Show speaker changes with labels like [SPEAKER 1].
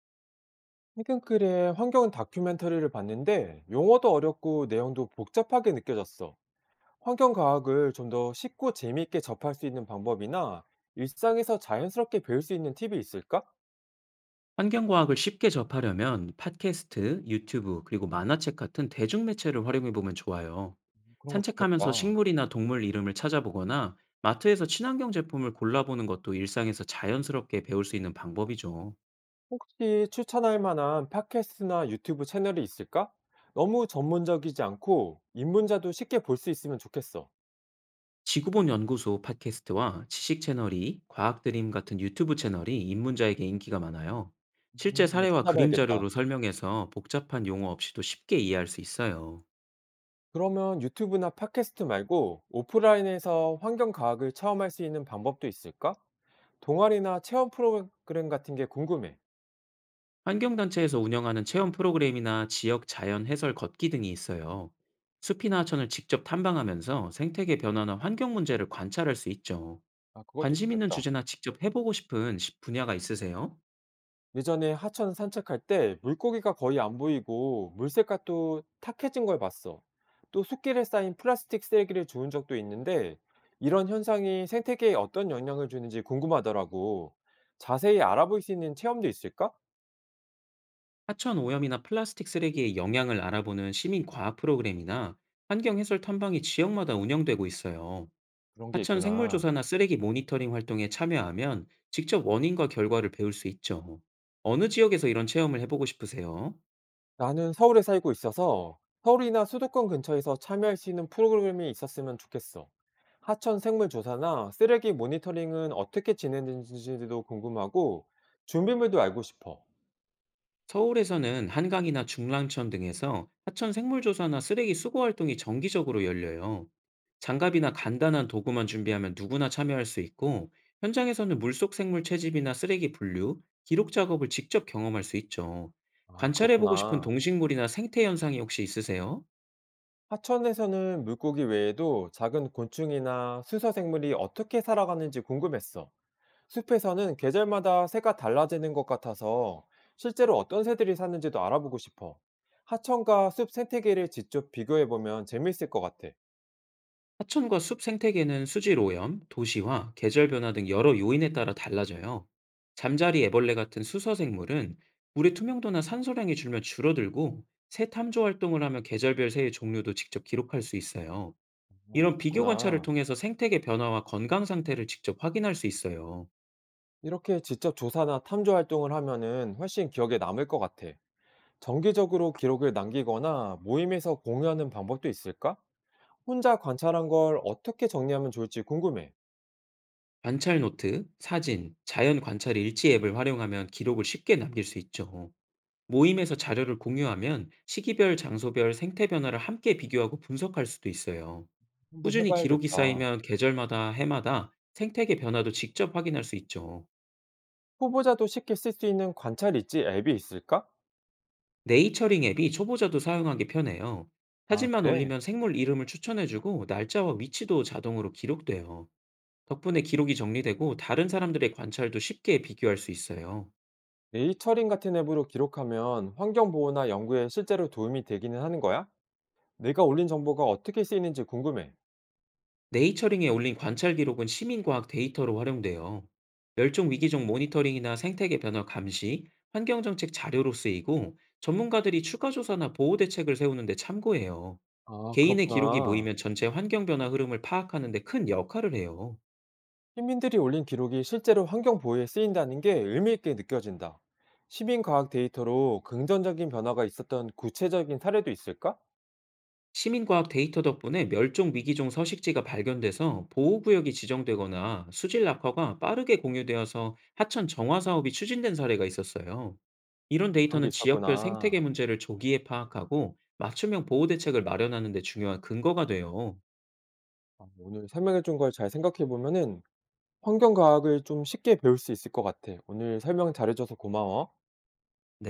[SPEAKER 1] 최근 글에 환경 다큐멘터리를 봤는데 용어도 어렵고 내용도 복잡하게 느껴졌어. 환경과학을 좀 더 쉽고 재미있게 접할 수 있는 방법이나 일상에서 자연스럽게 배울 수 있는 팁이 있을까?
[SPEAKER 2] 환경과학을 쉽게 접하려면 팟캐스트, 유튜브, 그리고 만화책 같은 대중매체를 활용해보면 좋아요.
[SPEAKER 1] 그런 거
[SPEAKER 2] 산책하면서
[SPEAKER 1] 좋겠다.
[SPEAKER 2] 식물이나 동물 이름을 찾아보거나 마트에서 친환경 제품을 골라보는 것도 일상에서 자연스럽게 배울 수 있는 방법이죠.
[SPEAKER 1] 혹시 추천할 만한 팟캐스트나 유튜브 채널이 있을까? 너무 전문적이지 않고 입문자도 쉽게 볼 수 있으면 좋겠어.
[SPEAKER 2] 지구본 연구소 팟캐스트와 지식 채널이 과학 드림 같은 유튜브 채널이 입문자에게 인기가 많아요. 실제
[SPEAKER 1] 한번
[SPEAKER 2] 사례와 그림
[SPEAKER 1] 찾아봐야겠다.
[SPEAKER 2] 자료로 설명해서 복잡한 용어 없이도 쉽게 이해할 수 있어요.
[SPEAKER 1] 그러면 유튜브나 팟캐스트 말고 오프라인에서 환경과학을 체험할 수 있는 방법도 있을까? 동아리나 체험 프로그램 같은 게 궁금해.
[SPEAKER 2] 환경단체에서 운영하는 체험 프로그램이나 지역 자연 해설 걷기 등이 있어요. 숲이나 하천을 직접 탐방하면서 생태계 변화나 환경 문제를 관찰할 수 있죠.
[SPEAKER 1] 아, 그것도
[SPEAKER 2] 관심 있는
[SPEAKER 1] 좋겠다.
[SPEAKER 2] 주제나 직접 해보고 싶은 분야가 있으세요?
[SPEAKER 1] 예전에 하천 산책할 때 물고기가 거의 안 보이고 물색깔도 탁해진 걸 봤어. 또 숲길에 쌓인 플라스틱 쓰레기를 주운 적도 있는데 이런 현상이 생태계에 어떤 영향을 주는지 궁금하더라고. 자세히 알아볼 수 있는 체험도 있을까?
[SPEAKER 2] 하천 오염이나 플라스틱 쓰레기의 영향을 알아보는 시민 과학 프로그램이나 환경 해설 탐방이 지역마다 운영되고 있어요.
[SPEAKER 1] 그런 게
[SPEAKER 2] 하천 생물
[SPEAKER 1] 있구나.
[SPEAKER 2] 조사나 쓰레기 모니터링 활동에 참여하면 직접 원인과 결과를 배울 수 있죠. 어느 지역에서 이런 체험을 해보고 싶으세요?
[SPEAKER 1] 나는 서울에 살고 있어서 서울이나 수도권 근처에서 참여할 수 있는 프로그램이 있었으면 좋겠어. 하천 생물 조사나 쓰레기 모니터링은 어떻게 진행되는지도 궁금하고 준비물도 알고 싶어.
[SPEAKER 2] 서울에서는 한강이나 중랑천 등에서 하천 생물조사나 쓰레기 수거 활동이 정기적으로 열려요. 장갑이나 간단한 도구만 준비하면 누구나 참여할 수 있고, 현장에서는 물속 생물 채집이나 쓰레기 분류, 기록 작업을 직접 경험할 수 있죠.
[SPEAKER 1] 아,
[SPEAKER 2] 관찰해보고 싶은
[SPEAKER 1] 그렇구나.
[SPEAKER 2] 동식물이나 생태 현상이 혹시 있으세요?
[SPEAKER 1] 하천에서는 물고기 외에도 작은 곤충이나 수서 생물이 어떻게 살아가는지 궁금했어. 숲에서는 계절마다 새가 달라지는 것 같아서 실제로 어떤 새들이 사는지도 알아보고 싶어. 하천과 숲 생태계를 직접 비교해보면 재미있을 것 같아.
[SPEAKER 2] 하천과 숲 생태계는 수질 오염, 도시화, 계절 변화 등 여러 요인에 따라 달라져요. 잠자리 애벌레 같은 수서 생물은 물의 투명도나 산소량이 줄면 줄어들고 새 탐조 활동을 하며 계절별 새의 종류도 직접 기록할 수 있어요.
[SPEAKER 1] 아,
[SPEAKER 2] 이런 비교 관찰을
[SPEAKER 1] 그렇구나.
[SPEAKER 2] 통해서 생태계 변화와 건강 상태를 직접 확인할 수 있어요.
[SPEAKER 1] 이렇게 직접 조사나 탐조 활동을 하면은 훨씬 기억에 남을 것 같아. 정기적으로 기록을 남기거나 모임에서 공유하는 방법도 있을까? 혼자 관찰한 걸 어떻게 정리하면 좋을지 궁금해.
[SPEAKER 2] 관찰 노트, 사진, 자연 관찰 일지 앱을 활용하면 기록을 쉽게 남길 수 있죠. 모임에서 자료를 공유하면 시기별, 장소별 생태 변화를 함께 비교하고 분석할 수도 있어요.
[SPEAKER 1] 한번
[SPEAKER 2] 꾸준히 기록이
[SPEAKER 1] 해봐야겠다.
[SPEAKER 2] 쌓이면 계절마다 해마다 생태계 변화도 직접 확인할 수 있죠.
[SPEAKER 1] 후보자도 쉽게 쓸 수 있는 관찰 있지 앱이 있을까?
[SPEAKER 2] 네이처링 앱이 초보자도 사용하기 편해요.
[SPEAKER 1] 아,
[SPEAKER 2] 사진만
[SPEAKER 1] 그래?
[SPEAKER 2] 올리면 생물 이름을 추천해주고 날짜와 위치도 자동으로 기록돼요. 덕분에 기록이 정리되고 다른 사람들의 관찰도 쉽게 비교할 수 있어요.
[SPEAKER 1] 네이처링 같은 앱으로 기록하면 환경보호나 연구에 실제로 도움이 되기는 하는 거야? 내가 올린 정보가 어떻게 쓰이는지 궁금해.
[SPEAKER 2] 네이처링에 올린 관찰 기록은 시민과학 데이터로 활용돼요. 멸종 위기종 모니터링이나 생태계 변화 감시, 환경정책 자료로 쓰이고 전문가들이 추가 조사나 보호 대책을 세우는데 참고해요.
[SPEAKER 1] 아,
[SPEAKER 2] 개인의 기록이
[SPEAKER 1] 그렇구나.
[SPEAKER 2] 모이면 전체 환경 변화 흐름을 파악하는 데 큰 역할을 해요.
[SPEAKER 1] 시민들이 올린 기록이 실제로 환경 보호에 쓰인다는 게 의미 있게 느껴진다. 시민 과학 데이터로 긍정적인 변화가 있었던 구체적인 사례도 있을까?
[SPEAKER 2] 시민과학 데이터 덕분에 멸종 위기종 서식지가 발견돼서 보호구역이 지정되거나 수질 낙화가 빠르게 공유되어서 하천 정화 사업이 추진된 사례가 있었어요. 이런
[SPEAKER 1] 그런 게
[SPEAKER 2] 데이터는 지역별 생태계
[SPEAKER 1] 있었구나.
[SPEAKER 2] 문제를 조기에 파악하고 맞춤형 보호 대책을 마련하는 데 중요한 근거가 돼요.
[SPEAKER 1] 아, 오늘 설명해 준 걸 잘 생각해 보면은 환경 과학을 좀 쉽게 배울 수 있을 것 같아. 오늘 설명 잘해줘서 고마워.